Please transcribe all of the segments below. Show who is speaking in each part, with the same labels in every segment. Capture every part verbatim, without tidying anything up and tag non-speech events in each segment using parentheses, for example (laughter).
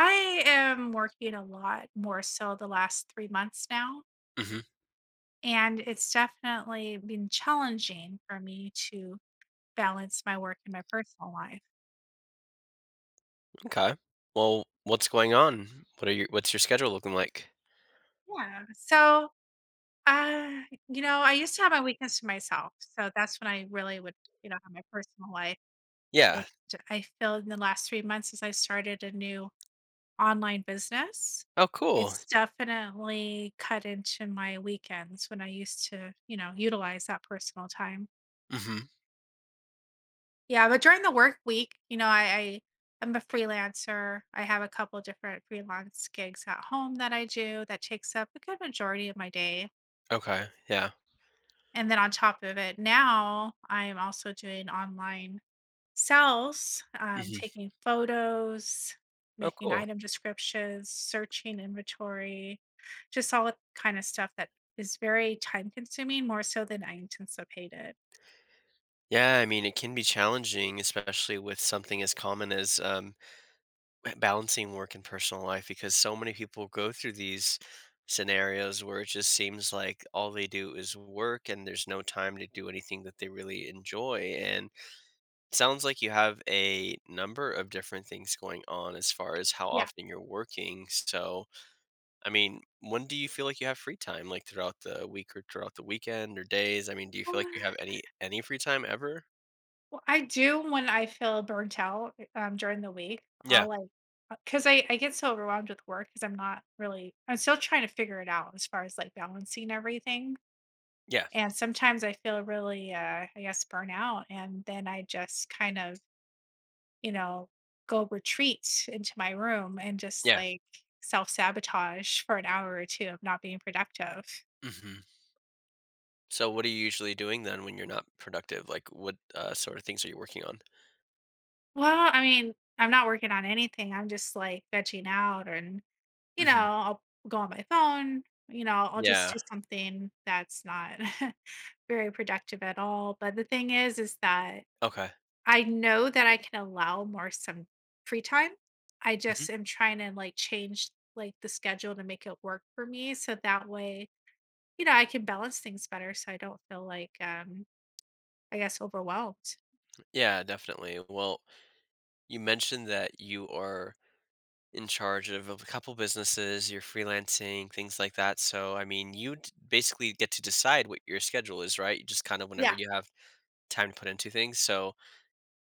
Speaker 1: I am working a lot more so the last three months now.
Speaker 2: Mhm.
Speaker 1: And it's definitely been challenging for me to balance my work and my personal life.
Speaker 2: Okay. Well, what's going on? What are your what's your schedule looking like?
Speaker 1: Yeah. So, uh, you know, I used to have my weekends to myself. So that's when I really would, you know, have my personal life.
Speaker 2: Yeah.
Speaker 1: And I feel in the last three months as I started a new online business,
Speaker 2: Oh, cool.
Speaker 1: it's definitely cut into my weekends when I used to, you know, utilize that personal time.
Speaker 2: Mhm.
Speaker 1: Yeah, but during the work week, you know, I, I I'm a freelancer. I have a couple different freelance gigs at home that I do that takes up a good majority of my day.
Speaker 2: Okay. Yeah.
Speaker 1: And then on top of it, now I'm also doing online sales, um,
Speaker 2: Mhm.
Speaker 1: taking photos,
Speaker 2: Oh,
Speaker 1: making
Speaker 2: cool.
Speaker 1: item descriptions, searching inventory, just all that kind of stuff that is very time consuming, more so than I anticipated.
Speaker 2: Yeah, I mean, it can be challenging, especially with something as common as, um, balancing work and personal life, because so many people go through these scenarios where it just seems like all they do is work and there's no time to do anything that they really enjoy, and sounds like you have a number of different things going on as far as how often you're working. So, I mean, when do you feel like you have free time? Like throughout the week or throughout the weekend or days? I mean, do you feel like you have
Speaker 1: Yeah.
Speaker 2: any any free time ever?
Speaker 1: Well, I do when I feel burnt out, um, during the week.
Speaker 2: Yeah.
Speaker 1: I'll, like, because I I get so overwhelmed with work because 'cause I'm not really I'm still trying to figure it out as far as, like, balancing everything,
Speaker 2: Yeah.
Speaker 1: and sometimes I feel really, uh, I guess, burnt out, and then I just kind of, you know, go retreat into my room and just,
Speaker 2: Yeah.
Speaker 1: like, self-sabotage for an hour or two of not being productive.
Speaker 2: Hmm. So, what are you usually doing then when you're not productive? Like, what uh, sort of things are you working on?
Speaker 1: Well, I mean, I'm not working on anything. I'm just like vegging out and, you know,
Speaker 2: Hmm.
Speaker 1: I'll go on my phone, you know, I'll just
Speaker 2: Yeah.
Speaker 1: do something that's not (laughs) very productive at all. But the thing is, is that
Speaker 2: Okay.
Speaker 1: I know that I can allow more some free time. I just
Speaker 2: Hmm.
Speaker 1: am trying to like change like the schedule to make it work for me. So that way, you know, I can balance things better so I don't feel like um I guess overwhelmed.
Speaker 2: Yeah, definitely. Well, you mentioned that you are in charge of a couple businesses, you're freelancing, things like that. So, I mean, you d- basically get to decide what your schedule is, right? You just kind of whenever
Speaker 1: Yeah.
Speaker 2: you have time to put into things. So,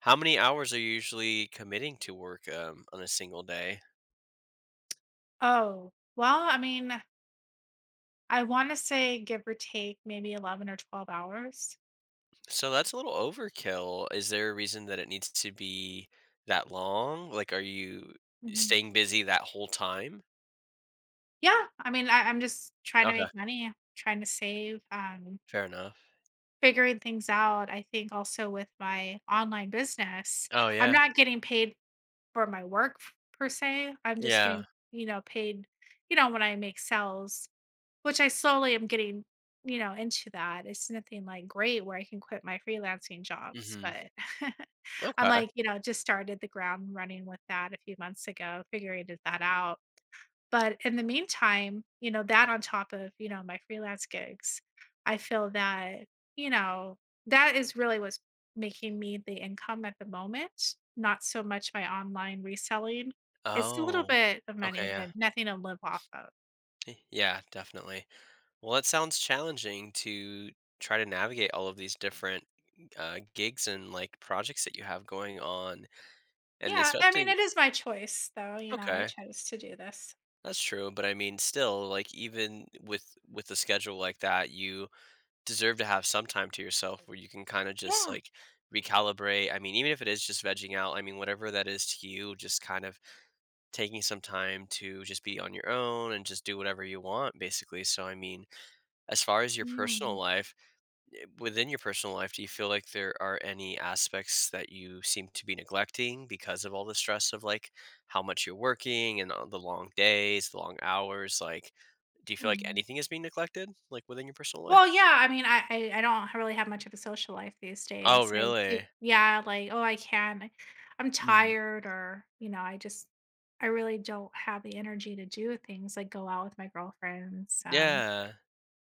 Speaker 2: how many hours are you usually committing to work um, on a single day?
Speaker 1: Oh, well, I mean, I wanna say give or take maybe eleven or twelve hours.
Speaker 2: So, that's a little overkill. Is there a reason that it needs to be that long? Like, are you
Speaker 1: Mhm.
Speaker 2: staying busy that whole time?
Speaker 1: Yeah, I mean, I I'm just trying to
Speaker 2: Okay,
Speaker 1: make money, trying to save, um,
Speaker 2: fair enough.
Speaker 1: figuring things out. I think also with my online business,
Speaker 2: Oh,
Speaker 1: I'm
Speaker 2: yeah.
Speaker 1: not getting paid for my work f per se. I'm just
Speaker 2: Yeah.
Speaker 1: getting, you know, paid, you know, when I make sales. Which I slowly am getting, you know, into that. It's nothing like great where I can quit my freelancing jobs,
Speaker 2: Hmm.
Speaker 1: but (laughs) I'm
Speaker 2: Okay.
Speaker 1: like, you know, just started the ground running with that a few months ago, figuring it- that out. But in the meantime, you know, that on top of, you know, my freelance gigs, I feel that, you know, that is really what's making me the income at the moment, not so much my online reselling. It's a little
Speaker 2: Oh,
Speaker 1: bit of
Speaker 2: okay.
Speaker 1: money,
Speaker 2: Yeah.
Speaker 1: but nothing to live off of.
Speaker 2: Eh, yeah, definitely. Well, it sounds challenging to try to navigate all of these different uh, gigs and like projects that you have going on, and
Speaker 1: Yeah, I
Speaker 2: especially
Speaker 1: mean, it is my choice, though, you know, I
Speaker 2: okay,
Speaker 1: chose to do this.
Speaker 2: that's true. But I mean, still, like even with with a schedule like that, you deserve to have some time to yourself where you can kind of just
Speaker 1: Yeah.
Speaker 2: like recalibrate. I mean, even if it is just vegging out, I mean, whatever that is to you, just kind of taking some time to just be on your own and just do whatever you want, basically. So, I mean, as far as your personal
Speaker 1: Mm,
Speaker 2: life within your personal life, do you feel like there are any aspects that you seem to be neglecting because of all the stress of like how much you're working and all the long days, the long hours? Like, do you feel like
Speaker 1: mm.
Speaker 2: anything is being neglected, like within your personal life?
Speaker 1: Well, yeah, I mean, I I I don't really have much of a social life these
Speaker 2: Oh,
Speaker 1: days. I keep
Speaker 2: really?
Speaker 1: yeah, like, "Oh, I can't. I'm
Speaker 2: Hmm.
Speaker 1: tired," or, you know, I just I really don't have the energy to do things, like, go out with my girlfriends, um
Speaker 2: Yeah.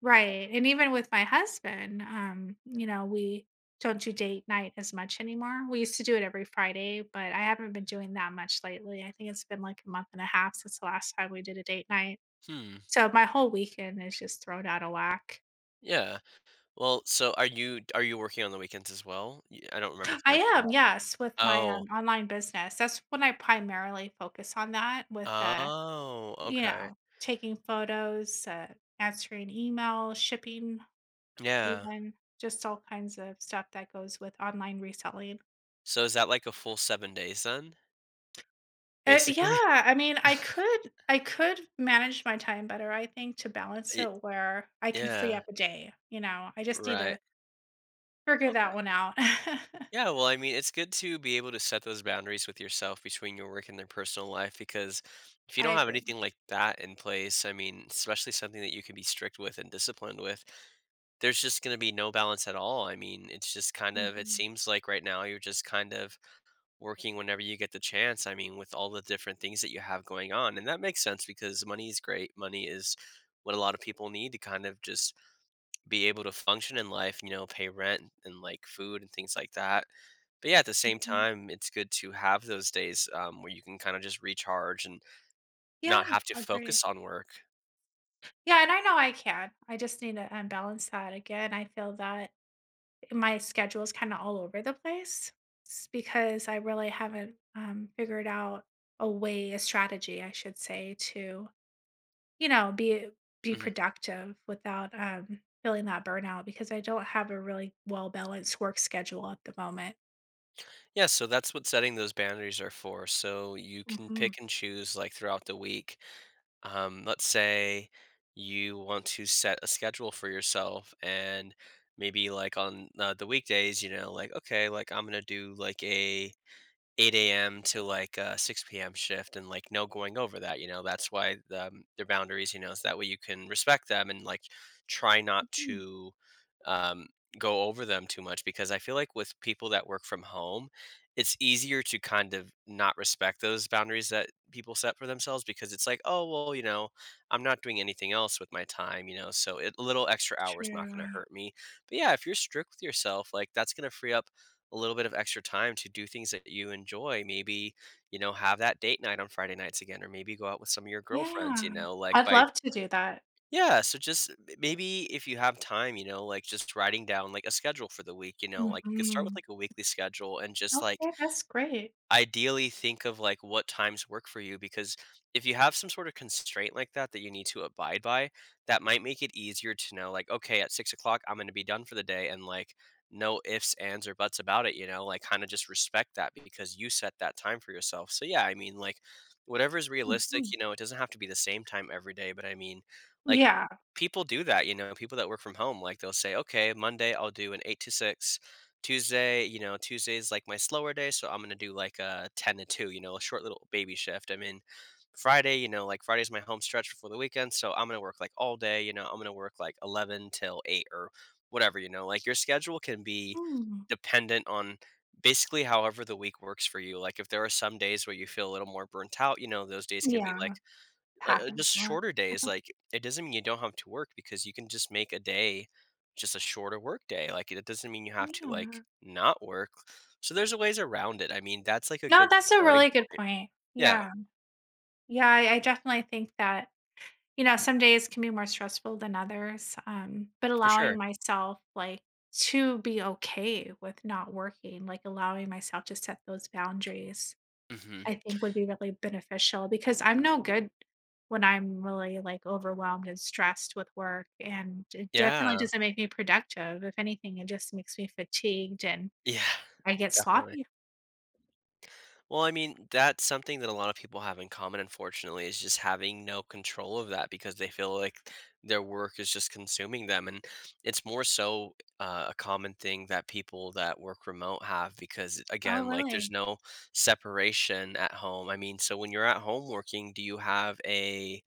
Speaker 1: Right, and even with my husband, um, you know, we don't do date night as much anymore. We used to do it every Friday, but I haven't been doing that much lately. I think it's been like a month and a half since the last time we did a date night.
Speaker 2: Hmm.
Speaker 1: So my whole weekend is just thrown out of whack.
Speaker 2: Yeah. Well, so are you are you working on the weekends as well? Y- I don't remember if
Speaker 1: (gasps)
Speaker 2: you
Speaker 1: I
Speaker 2: mentioned
Speaker 1: am,
Speaker 2: that.
Speaker 1: yes, with my um,
Speaker 2: Oh.
Speaker 1: online business. That's when I primarily focus on that with, uh,
Speaker 2: Oh,
Speaker 1: you
Speaker 2: okay.
Speaker 1: know, taking photos, uh, answering emails, shipping,
Speaker 2: Yeah.
Speaker 1: even just all kinds of stuff that goes with online reselling.
Speaker 2: So is that like a full seven days then?
Speaker 1: Uh,
Speaker 2: Basically?
Speaker 1: yeah, I mean, I could I could manage my time better, I think, to
Speaker 2: (laughs)
Speaker 1: balance
Speaker 2: Y-
Speaker 1: it where I can free
Speaker 2: Yeah.
Speaker 1: up a day, you know? I just need
Speaker 2: Right.
Speaker 1: to figure
Speaker 2: Okay.
Speaker 1: that one out. (laughs)
Speaker 2: Yeah. Well, I mean, it's good to be able to set those boundaries with yourself between your work and their personal life, because if you
Speaker 1: I
Speaker 2: don't have
Speaker 1: agree.
Speaker 2: anything like that in place, I mean, especially something that you can be strict with and disciplined with, there's just going to be no balance at all. I mean, it's just kind of, it
Speaker 1: Mhm,
Speaker 2: seems like right now you're just kind of working whenever you get the chance. I mean, with all the different things that you have going on. And that makes sense because money is great. Money is what a lot of people need to kind of just be able to function in life, you know, pay rent and like food and things like that. But yeah, at the same
Speaker 1: mhm.
Speaker 2: time, it's good to have those days um, where you can kind of just recharge and not
Speaker 1: Yeah,
Speaker 2: have to
Speaker 1: agree.
Speaker 2: focus on work.
Speaker 1: Yeah, and I know I can. I just need to, um, balance that again. I feel that my schedule is kinda all over the place s because I really haven't, um, figured out a way a strategy, I should say, to you know, be be
Speaker 2: Hmm.
Speaker 1: productive without, um, feeling that burnout because I don't have a really well-balanced work schedule at the moment.
Speaker 2: Yeah, so that's what setting those boundaries are for. So you can pick
Speaker 1: Mhm.
Speaker 2: and choose like throughout the week. Um, let's say you want to set a schedule for yourself, and maybe like on uh, the weekdays, you know, like, okay, like I'm going to do like a eight a m to, like, a six p m shift and, like, no going over that, you know, that's why the, um their boundaries, you know, so that way you can respect them and, like, try not
Speaker 1: Mhm.
Speaker 2: to, um, go over them too much, because I feel like with people that work from home, it's easier to kind of not respect those boundaries that people set for themselves, because it's like, "Oh, well, you know, I'm not doing anything else with my time, you know, so it a little extra hour is not gonna
Speaker 1: True.
Speaker 2: hurt me." But yeah, if you're strict with yourself, like, that's gonna free up a little bit of extra time to do things that you enjoy. Maybe, you know, have that date night on Friday nights again, or maybe go out with some of your girlfriends,
Speaker 1: Yeah,
Speaker 2: you know, like
Speaker 1: I'd
Speaker 2: by,
Speaker 1: love to do that.
Speaker 2: yeah. So just m- maybe if you have time, you know, like just writing down like a schedule for the week, you know, like you could start with
Speaker 1: Mhm.
Speaker 2: like a weekly schedule and just like,
Speaker 1: Okay, that's great.
Speaker 2: ideally think of like what times work for you, because if you have some sort of constraint like that that you need to abide by, that might make it easier to know like, okay, at six o'clock I'm going to be done for the day and like no ifs ands or buts about it, you know, like kind of just respect that because you set that time for yourself. So yeah, I mean, like whatever is realistic,
Speaker 1: Mhm.
Speaker 2: you know, it doesn't have to be the same time every day, but I mean, like,
Speaker 1: Yeah.
Speaker 2: people do that, you know, people that work from home, like they'll say, okay, Monday I'll do an eight to six, Tuesday, you know, Tuesday's like my slower day, so I'm gonna do like a ten to two, you know, a short little baby shift. I mean, Friday, you know, like Friday's my home stretch before the weekend, so I'm gonna work like all day, you know, I'm gonna work like eleven till eight or whatever, you know, like your schedule can be
Speaker 1: Mm.
Speaker 2: dependent on basically however the week works for you. Like if there are some days where you feel a little more burnt out, you know, those days can be
Speaker 1: Yeah,
Speaker 2: like like, uh,
Speaker 1: happens
Speaker 2: just
Speaker 1: a lot.
Speaker 2: shorter days, like, it doesn't mean you don't have to work because you can just make a day just a shorter work day, like, it doesn't mean you have to,
Speaker 1: Yeah.
Speaker 2: like, not work. So there's a ways around it, I mean, that's, like, a
Speaker 1: No,
Speaker 2: good
Speaker 1: that's a
Speaker 2: starting
Speaker 1: really good
Speaker 2: point.
Speaker 1: point.
Speaker 2: Yeah,
Speaker 1: Yeah. Yeah, I I definitely think that you know, some days can be more stressful than others, um, but
Speaker 2: for sure.
Speaker 1: allowing myself, like, to be okay with not working, like, allowing myself to set those boundaries,
Speaker 2: Mhm.
Speaker 1: I think would be really beneficial because I'm no good when I'm really, like, overwhelmed and stressed with work, and it definitely
Speaker 2: Yeah.
Speaker 1: doesn't make me productive. If anything, it just makes me fatigued and
Speaker 2: Yeah,
Speaker 1: I
Speaker 2: (laughs)
Speaker 1: get
Speaker 2: definitely.
Speaker 1: sloppy.
Speaker 2: Well, I mean, that's something that a lot of people have in common, unfortunately, is just having no control of that because they feel like their work is just consuming them. And it's more so uh, a common thing that people that work remote have because,
Speaker 1: Oh,
Speaker 2: again, like there's
Speaker 1: really?
Speaker 2: no separation at home. I mean, so when you're at home working, do you have a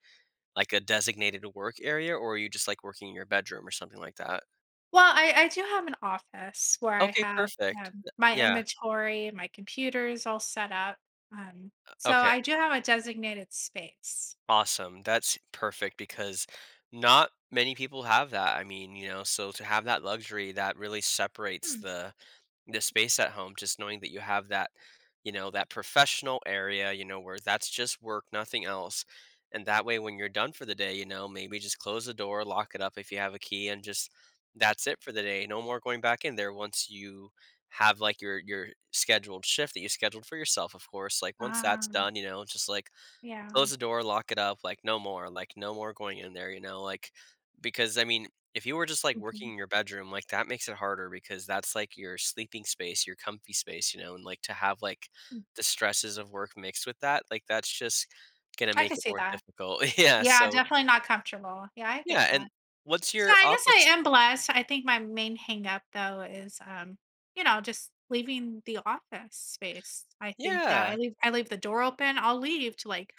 Speaker 2: like a designated work area, or are you just like working in your bedroom or something like that?
Speaker 1: Well, I I do have an office where I
Speaker 2: Okay,
Speaker 1: have,
Speaker 2: perfect.
Speaker 1: um, my
Speaker 2: Yeah.
Speaker 1: inventory, my computer is all set up, um, so
Speaker 2: Okay.
Speaker 1: I do have a designated space.
Speaker 2: Awesome. That's perfect because not many people have that. I mean, you know, so to have that luxury that really separates
Speaker 1: Hmm.
Speaker 2: the the space at home, just knowing that you have that, you know, that professional area, you know, where that's just work, nothing else. And that way when you're done for the day, you know, maybe just close the door, lock it up if you have a key and just that's it for the day. No more going back in there once you have like your your scheduled shift that you scheduled for yourself, of course. Like once that's
Speaker 1: Um,
Speaker 2: done, you know, just like
Speaker 1: yeah,
Speaker 2: close the door, lock it up, like, no more, like, no more going in there, you know, like because I mean, if you were just like working
Speaker 1: mhm,
Speaker 2: in your bedroom, like that makes it harder because that's like your sleeping space, your comfy space, you know, and like to have like
Speaker 1: mm,
Speaker 2: the stresses of work mixed with that, like that's just gonna
Speaker 1: I
Speaker 2: make
Speaker 1: can
Speaker 2: it
Speaker 1: see
Speaker 2: more
Speaker 1: that.
Speaker 2: difficult. (laughs) Yeah,
Speaker 1: Yeah,
Speaker 2: so
Speaker 1: definitely not comfortable. Yeah, I get
Speaker 2: yeah,
Speaker 1: that.
Speaker 2: and what's
Speaker 1: So
Speaker 2: your
Speaker 1: I guess I
Speaker 2: office?
Speaker 1: am blessed. I think my main hang up though is um, you know, just leaving the office space. I think that
Speaker 2: Yeah,
Speaker 1: I leave I leave the door open. I'll leave to like,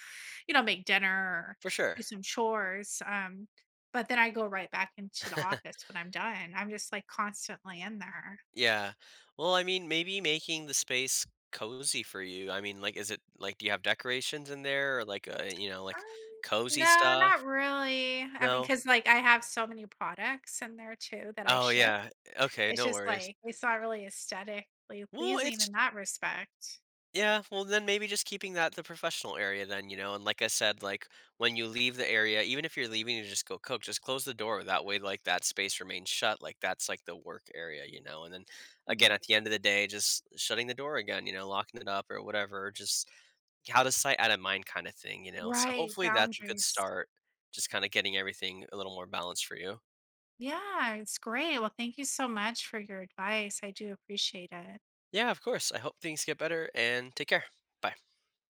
Speaker 1: you know, make dinner or
Speaker 2: for
Speaker 1: do
Speaker 2: sure.
Speaker 1: some chores. Um, but then I go right back into the
Speaker 2: (laughs)
Speaker 1: office when I'm done. I'm just like constantly in there.
Speaker 2: Yeah. Well, I mean, maybe making the space cozy for you. I mean, like, is it like, do you have decorations in there or like, uh, you know, like
Speaker 1: Um,
Speaker 2: cozy
Speaker 1: no,
Speaker 2: stuff?
Speaker 1: not really. I mean,
Speaker 2: No?
Speaker 1: because like I have so many products in there too that I
Speaker 2: Oh,
Speaker 1: ship.
Speaker 2: yeah. Okay.
Speaker 1: It's
Speaker 2: No
Speaker 1: just
Speaker 2: worries.
Speaker 1: like it's not really aesthetically
Speaker 2: Well,
Speaker 1: pleasing
Speaker 2: it's,
Speaker 1: in that respect.
Speaker 2: yeah. Well, then maybe just keeping that the professional area then, you know, and like I said, like when you leave the area, even if you're leaving to just go cook, just close the door. That way, like, that space remains shut. Like, that's like the work area, you know, and then again,
Speaker 1: Hmm.
Speaker 2: at the end of the day, just shutting the door again, you know, locking it up or whatever, just out of sight, out of mind kind of thing, you know? So
Speaker 1: Right,
Speaker 2: hopefully that's a good
Speaker 1: boundaries.
Speaker 2: start, just kind of getting everything a little more balanced for you.
Speaker 1: Yeah, it's great. Well, thank you so much for your advice. I do appreciate it.
Speaker 2: Yeah, of course. I hope things get better and take care. Bye.